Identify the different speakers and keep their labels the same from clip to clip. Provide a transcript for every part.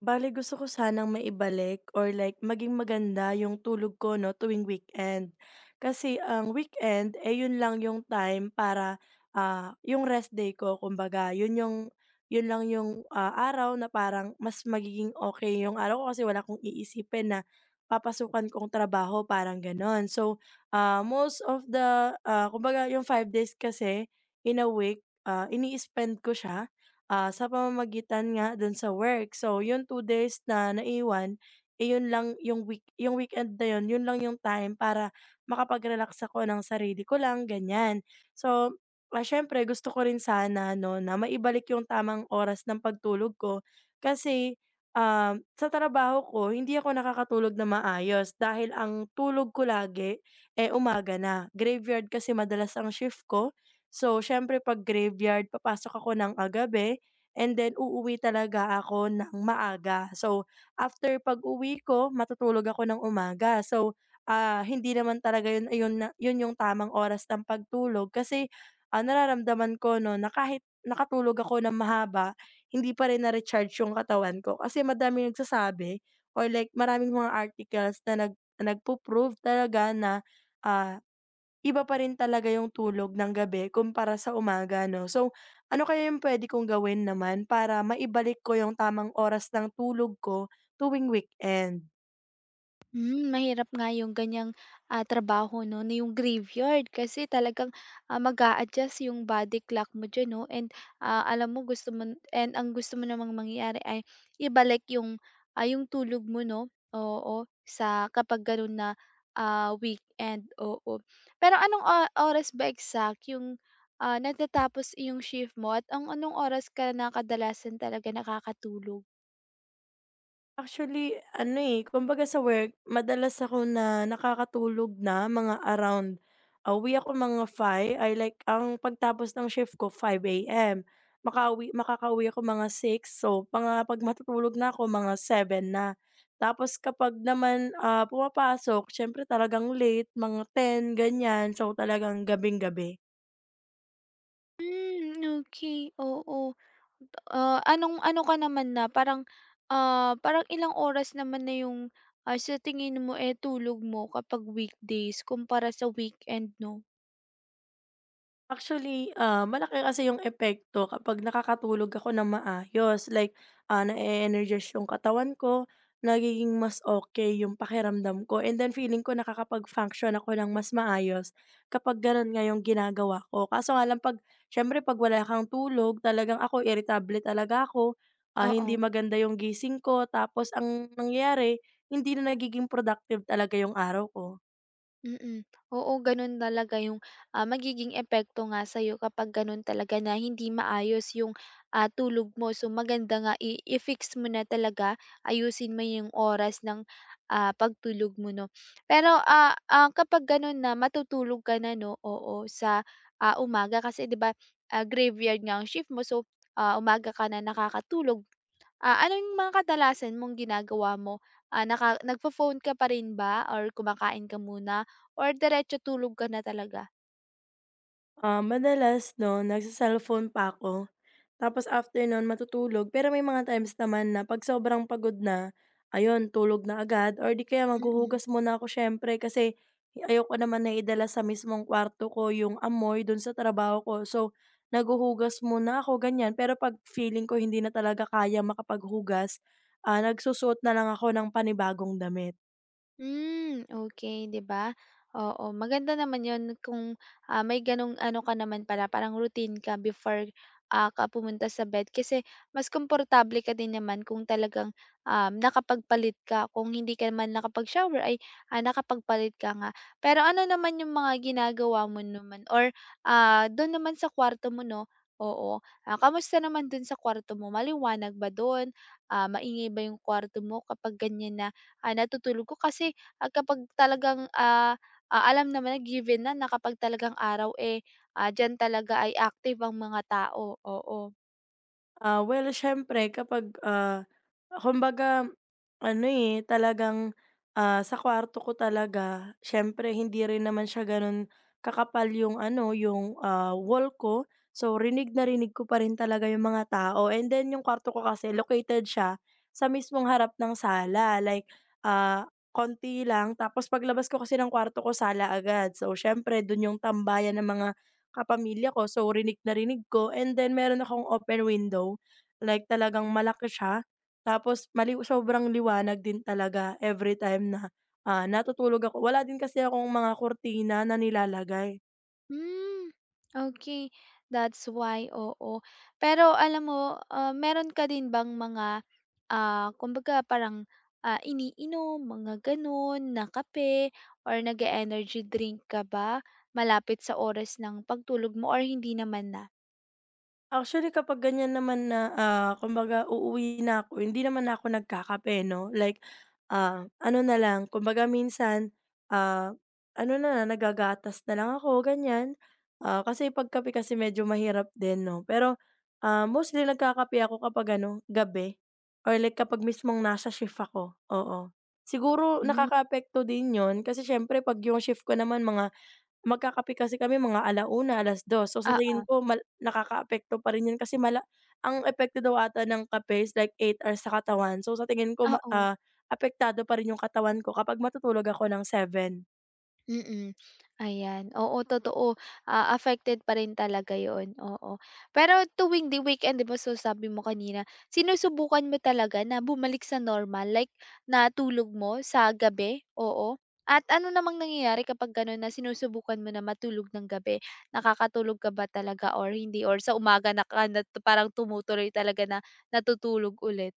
Speaker 1: Bale gusto ko sanang maibalik or like maging maganda yung tulog ko 'no, tuwing weekend. Kasi ang weekend, eh, yun lang yung time para, yung rest day ko kumbaga. Yun lang yung, araw na parang mas magiging okay yung araw ko kasi wala kong iisipin na papasukan kong trabaho, parang gano'n. So, most of the, kumbaga yung 5 days kasi in a week, ini-spend ko siya sa pamamagitan nga dun sa work. So, yung 2 days na naiwan, eh, yun lang yung weekend na yun, yun lang yung time para makapag-relax ako ng sarili ko lang, ganyan. So, siyempre gusto ko rin sana 'no, na maibalik yung tamang oras ng pagtulog ko kasi, sa trabaho ko hindi ako nakakatulog na maayos dahil ang tulog ko lagi, eh, umaga na. Graveyard kasi madalas ang shift ko. So, siyempre 'pag graveyard papasok ako ng agabi and then uuwi talaga ako ng maaga. So, after pag-uwi ko matutulog ako ng umaga. So, hindi naman talaga yun yun na yun yung tamang oras ng pagtulog kasi, nararamdaman ko 'no na kahit nakatulog ako ng mahaba, hindi pa rin na-recharge yung katawan ko kasi madaming nagsasabi or like maraming mga articles na nagpo-prove talaga na, ah Iba pa rin talaga yung tulog ng gabi kumpara sa umaga 'no. So, ano kaya yung puwede kong gawin naman para maibalik ko yung tamang oras ng tulog ko tuwing weekend?
Speaker 2: Hmm, mahirap nga yung ganyang, trabaho 'no, na yung graveyard kasi talagang, mag adjust yung body clock mo diyan 'no and, alam mo gusto mo and ang gusto mo namang mangyari ay ibalik yung tulog mo 'no, oo, sa kapag gano'n na, weekend, oo. Pero anong oras ba exact yung, natatapos yung shift mo at ang anong oras ka na kadalasan talaga nakakatulog?
Speaker 1: Actually, ano, eh, kumbaga sa work madalas ako na nakakatulog na mga around, uwi ako mga five ay like ang pagtapos ng shift ko 5 AM. Makakauwi ako mga six so mga 'pag matutulog na ako mga seven na. Tapos kapag naman, pumapasok siyempre talagang late, mga 10 ganyan, so talagang gabing-gabi.
Speaker 2: Hmm, okey, oo. Anong ano ka naman na parang ilang oras naman na yung, sa tingin mo, eh, tulog mo kapag weekdays kumpara sa weekend 'no?
Speaker 1: Actually, malaki kasi yung epekto kapag nakakatulog ako ng maayos. Like, na-e-energize yung katawan ko, nagiging mas okay yung pakiramdam ko, and then feeling ko nakakapag-function ako ng mas maayos kapag gano'n nga yung ginagawa ko. Kaso nga lang 'pag siyempre 'pag wala kang tulog talagang ako iritable talaga ako, hindi
Speaker 2: Oo.
Speaker 1: maganda yung gising ko tapos ang nangyayari hindi na nagiging productive talaga yung araw ko.
Speaker 2: Mm. Oo, gano'n talaga yung, magiging epekto nga sa'yo kapag gano'n talaga na hindi maayos yung, tulog mo. So, maganda nga i-fix mo na talaga, ayusin mo yung oras ng, pagtulog mo 'no. Pero, kapag gano'n na matutulog ka na 'no, oo, sa, umaga kasi 'di ba, graveyard nga ang shift mo. So, umaga ka na nakakatulog. Ano yung mga kadalasan mong ginagawa mo? Ah, naka nagfo-phone ka pa rin ba or kumakain ka muna or diretso tulog ka na talaga?
Speaker 1: Madalas 'no, nagse-cellphone pa ako. Tapos after nun matutulog, pero may mga times naman na 'pag sobrang pagod na, ayun tulog na agad or di kaya
Speaker 2: Mm.
Speaker 1: maghuhugas muna ako siyempre kasi ayoko naman na idala sa mismong kwarto ko yung amoy dun sa trabaho ko. So, naghuhugas muna ako ganyan, pero 'pag feeling ko hindi na talaga kaya makapaghugas, nagsusuot na lang ako ng panibagong damit.
Speaker 2: Hmm, okay, 'di ba? Oo, maganda naman yon kung, may gano'ng ano ka naman para parang routine ka before, ka pumunta sa bed kasi mas komportable ka din naman kung talagang, nakapagpalit ka. Kung hindi ka man nakapag-shower ay, nakapagpalit ka nga. Pero ano naman 'yung mga ginagawa mo naman or, do'n naman sa kuwarto mo 'no, oo, kamusta naman dun sa kuwarto mo? Maliwanag ba do'n? Maingay ba 'yung kuwarto mo kapag ganiyan na, natutulog ko kasi, kapag talagang, alam naman na given na na kapag talagang araw, eh, diyan talaga ay active ang mga tao, oo.
Speaker 1: Well siyempre kapag, kumbaga ano, eh, talagang, sa kwarto ko talaga siyempre hindi rin naman siya gano'n kakapal yung ano, yung, wall ko. So, rinig na rinig ko pa rin talaga yung mga tao and then yung kwarto ko kasi located siya sa mismong harap ng sala like, konti lang tapos paglabas ko kasi ng kwarto ko sala agad. So, siyempre do'n yung tambayan ng mga kapamilya ko, so rinig na rinig ko and then meron akong open window, like talagang malaki siya tapos mali sobrang liwanag din talaga every time na, natutulog ako. Wala din kasi akong mga kurtina na nilalagay.
Speaker 2: Hmm, okay. That's why, oo. Pero alam mo, meron ka din bang mga, kumbaga parang, iniinom, mga gano'n na kape or nag energy drink ka ba malapit sa oras ng pagtulog mo or hindi naman na?
Speaker 1: Actually, kapag ganyan naman na, kumbaga uuwi na ako, hindi naman ako nagkakape 'no, like, ano na lang, kumbaga minsan, ah, ano na, naggagatas na lang ako, ganyan. Kasi 'pag kasi medyo mahirap din 'no, pero, mostly nagkakape ako kapag ano, gabi or like kapag mismong nasa shift ako, oo. Siguro
Speaker 2: Mm.
Speaker 1: nakakaapekto din yon kasi siyempre 'pag yung shift ko naman mga. Magkakape kasi kami mga 1:00, 2. So, sa
Speaker 2: ah
Speaker 1: tingin ko nakakaapekto pa rin 'yun kasi ang epekto daw ata ng kape is like 8 hours sa katawan. So, sa tingin ko
Speaker 2: Oo, oo.
Speaker 1: apektado pa rin 'yung katawan ko kapag matutulog ako ng seven.
Speaker 2: Mm. Ayan, oo totoo, affected pa rin talaga yon oo. Pero tuwing the weekend 'di ba, so sabi mo kanina, sinusubukan mo talaga na bumalik sa normal like na tulog mo sa gabi, oo? At ano namang nangyayari kapag gano'n na sinusubukan mo na matulog ng gabi? Nakakatulog ka ba talaga or hindi or sa umaga na ka na parang tumutuloy talaga na natutulog ulit?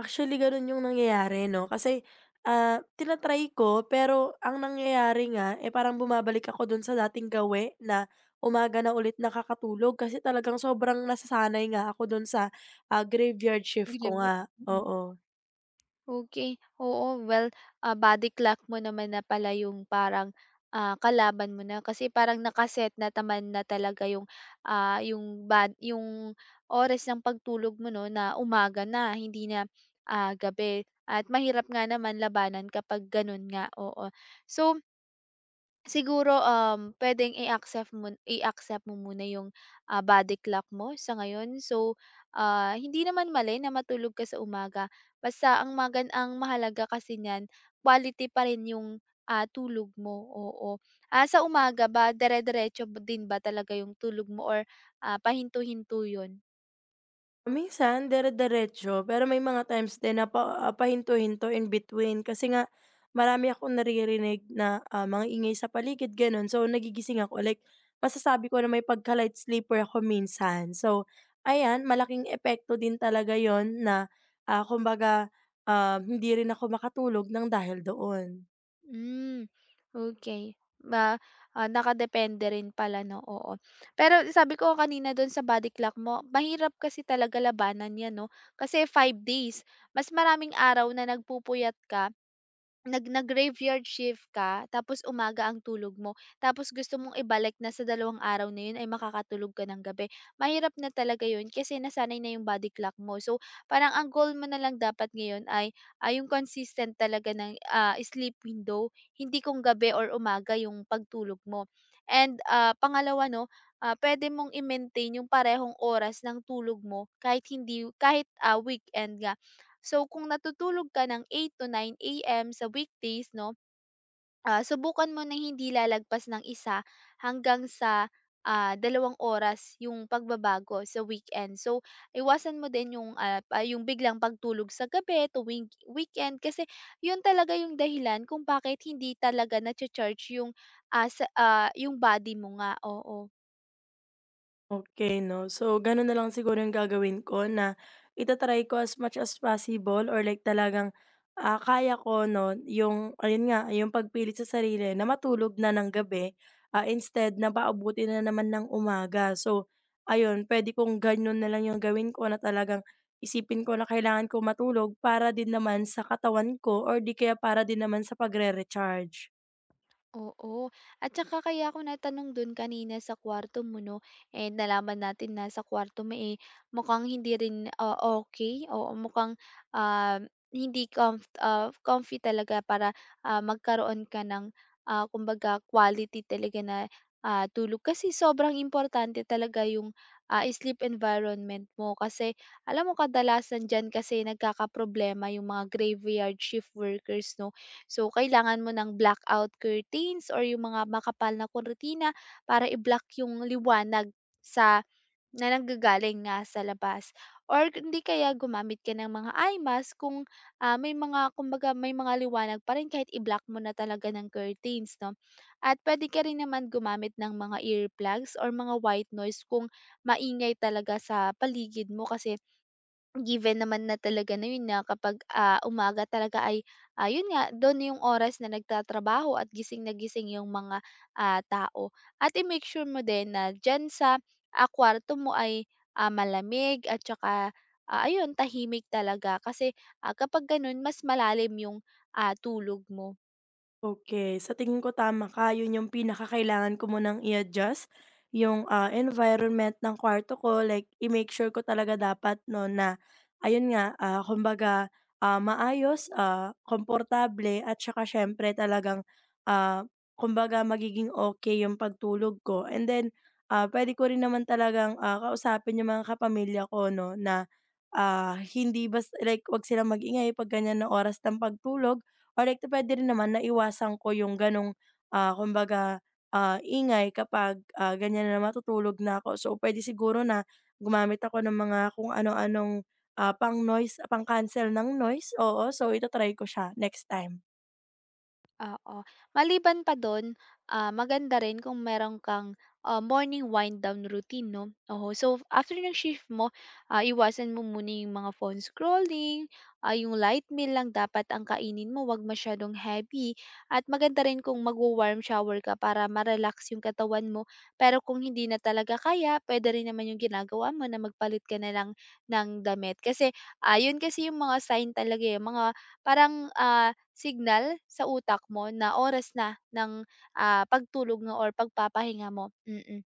Speaker 1: Actually, gano'n 'yung nangyayari 'no, kasi, tina-try ko pero ang nangyayari nga, eh, parang bumabalik ako do'n sa dating gawe na umaga na ulit nakakatulog kasi talagang sobrang nasasanay nga ako do'n sa, graveyard shift
Speaker 2: Gano'n
Speaker 1: ko
Speaker 2: ba?
Speaker 1: nga,
Speaker 2: Mm.
Speaker 1: oo.
Speaker 2: Okay. Oo, well, body clock mo naman na pala yung parang, kalaban mo na kasi parang nakaset na naman na talaga yung, yung bad yung oras ng pagtulog mo 'no na umaga na hindi na, gabi at mahirap nga naman labanan kapag gano'n nga, oo. So, Siguro, puwedeng i-accept mo muna yung, body clock mo sa ngayon. So, hindi naman mali na matulog ka sa umaga, basta ang mahalaga kasi niyan quality pa rin yung, tulog mo, oo. Sa umaga ba dire-diretso din ba talaga yung tulog mo or, pahinto-hinto yun?
Speaker 1: Minsan diretso pero may mga times din na pahinto-hinto in between kasi nga marami akong naririnig na, mga ingay sa paligid gano'n. So, nagigising ako like masasabi ko na may pagka-light sleeper ako minsan. So, ayan malaking epekto din talaga yon na, kumbaga, hindi rin ako makatulog ng dahil doon.
Speaker 2: Hmm, okay. Nakadepende rin pala 'no, oo. Pero sabi ko kanina do'n sa body clock mo, mahirap kasi talaga labanan 'yan 'no, kasi 5 days. Mas maraming araw na nagpupuyat ka nag-graveyard shift ka, tapos umaga ang tulog mo, tapos gusto mong ibalik na sa 2 araw na yun ay makakatulog ka ng gabi. Mahirap na talaga yun kasi nasanay na yung body clock mo. So, parang ang goal mo na lang dapat ngayon ay yung consistent talaga ng sleep window, hindi kung gabi or umaga yung pagtulog mo. And pangalawa, no, pwede mong i-maintain yung parehong oras ng tulog mo kahit hindi, kahit weekend nga. So, kung natutulog ka ng 8 to 9 AM sa weekdays 'no, subukan mo na hindi lalagpas ng isa hanggang sa, 2 oras yung pagbabago sa weekend. So, iwasan mo din yung, pa yung biglang pagtulog sa gabi tuwing weekend kasi yun talaga yung dahilan kung bakit hindi talaga nacha-charge yung, sa yung body mo nga, oo.
Speaker 1: Okay 'no. So, gano'n na lang siguro yung gagawin ko na itatry ko as much as possible or like talagang, kaya ko 'no, yung ayun nga, yung pagpilit sa sarili na matulog na ng gabi, instead na paabutin na naman ng umaga. So, ayun pwede kong gano'n na lang yung gawin ko na talagang isipin ko na kailangan ko matulog para din naman sa katawan ko or di kaya para din naman sa pagre-recharge.
Speaker 2: Oo. At saka kaya ako natanong dun kanina sa kwarto mo 'no, eh nalaman natin na sa kwarto mo, eh, mukhang hindi rin, okay, oo mukhang, ah, hindi comfy talaga para, magkaroon ka ng, kumbaga quality talaga na, tulog. Kasi sobrang importante talaga yung, sleep environment mo kasi alam mo kadalasan diyan kasi nagkakaproblema yung mga graveyard shift workers 'no. So, kailangan mo ng blackout curtains or yung mga makapal na kurtina para i-block yung liwanag sa na nanggagaling nga sa labas. Or hindi kaya gumamit ka ng mga eye mask kung may mga kumbaga may mga liwanag pa rin kahit i-block mo na talaga ng curtains, no? At pwede ka rin naman gumamit ng mga earplugs or mga white noise kung maingay talaga sa paligid mo kasi given naman na talaga na yun nga kapag, umaga talaga ay, ayun nga dun yung oras na nagtatrabaho at gising na gising yung mga, tao. At i-make sure mo din na diyan sa, kwarto mo ay, malamig at tsaka, ayun tahimik talaga kasi, kapag ganun mas malalim yung, tulog mo.
Speaker 1: Okay, sa tingin ko tama ka, yun yung pinakakailangan ko munang i-adjust yung, environment ng kwarto ko, like i-make sure ko talaga dapat 'no na ayun nga, kumbaga, maayos, komportable at saka siyempre talagang, ah, kumbaga magiging okay yung pagtulog ko. And then, pwede ko rin naman talagang, kausapin yung mga kapamilya ko 'no na, hindi like 'wag silang mag-ingay 'pag ganyan na oras ng pagtulog. Or like puwede rin naman naiwasan ko yung gano'ng, kumbaga, ingay kapag, ganyan na matutulog na ako. So, pwede siguro na gumamit ako ng mga kung ano-anong, pang-cancel ng noise, oo. So, ito try ko siya next time.
Speaker 2: Oo. Maliban pa dun, maganda rin kung meron kang, morning wind down routine 'no, oo. So, after ng shift mo, iwasan mo muna yung mga phone scrolling, yung light meal lang dapat ang kainin mo, 'wag masyadong heavy at maganda rin kung magwa-warm shower ka para ma-relax yung katawan mo. Pero kung hindi na talaga kaya, puwede rin naman yung ginagawa mo na magpalit ka na lang ng damit. Kasi, ayun kasi yung mga sign talaga, eh, mga parang, signal sa utak mo na oras na ng, pagtulog mo or pagpapahinga mo, mm.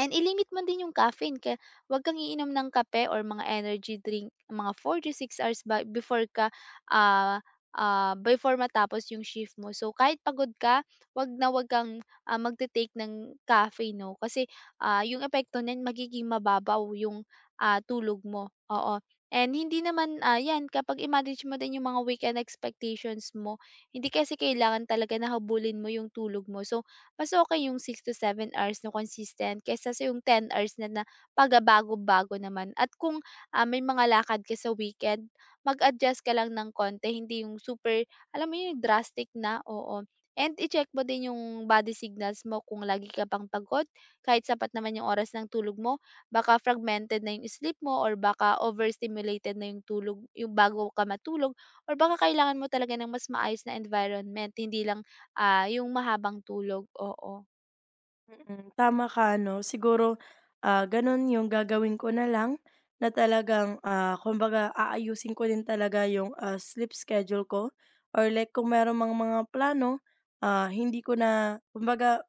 Speaker 2: And ilimit mo din yung caffeine kaya 'wag kang iinom ng kape or mga energy drink mga 4 to 6 hours ba before ah, before matapos yung shift mo. So, kahit pagod ka 'wag na 'wag kang, magte-take ng caffeine 'no kasi, yung epekto niyan magiging mababaw yung, tulog mo, oo. And hindi naman, 'yan kapag i-manage mo din yung mga weekend expectations mo, hindi kasi kailangan talaga na habulin mo yung tulog mo. So, mas okey yung 6 to 7 hours na consistent kaysa sa yung 10 hours na na pagabago bago naman at kung, may mga lakad ka sa weekend, mag-adjust ka lang ng konti hindi yung super alam mo yun drastic na, oo. And i-check mo din yung body signals mo kung lagi ka pang pagod kahit sapat naman yung oras ng tulog mo, baka fragmented na yung sleep mo or baka overstimulated na yung bago ka matulog or baka kailangan mo talaga ng mas maayos na environment hindi lang yung mahabang tulog, oo.
Speaker 1: Mm, tama ka 'no. Siguro, gano'n yung gagawin ko na lang na talagang, kumbaga aayusin ko din talaga yung, sleep schedule ko or like kung meron mang mga plano, hindi ko na kumbaga.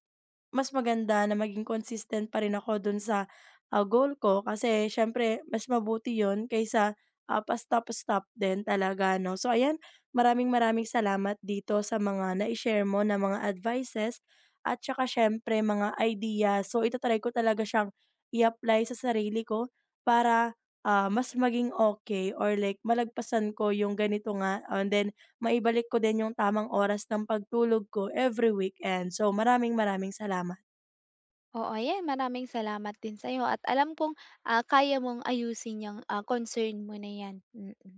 Speaker 1: Mas maganda na maging consistent pa rin ako dun sa, goal ko kasi siyempre mas mabuti yon kaysa, pastop-stop din talaga 'no. So ayan, maraming-maraming salamat dito sa mga na share mo na mga advices at tsaka siyempre mga idea. So ita-try ko talaga siyang i-apply sa sarili ko para, mas maging okay or like malagpasan ko yung ganito nga and then maibalik ko din yung tamang oras ng pagtulog ko every weekend. So, maraming maraming salamat.
Speaker 2: Oo, ayan maraming salamat din sa'yo at alam kong, kaya mong ayusin yung concern mo na yan, mm. mm.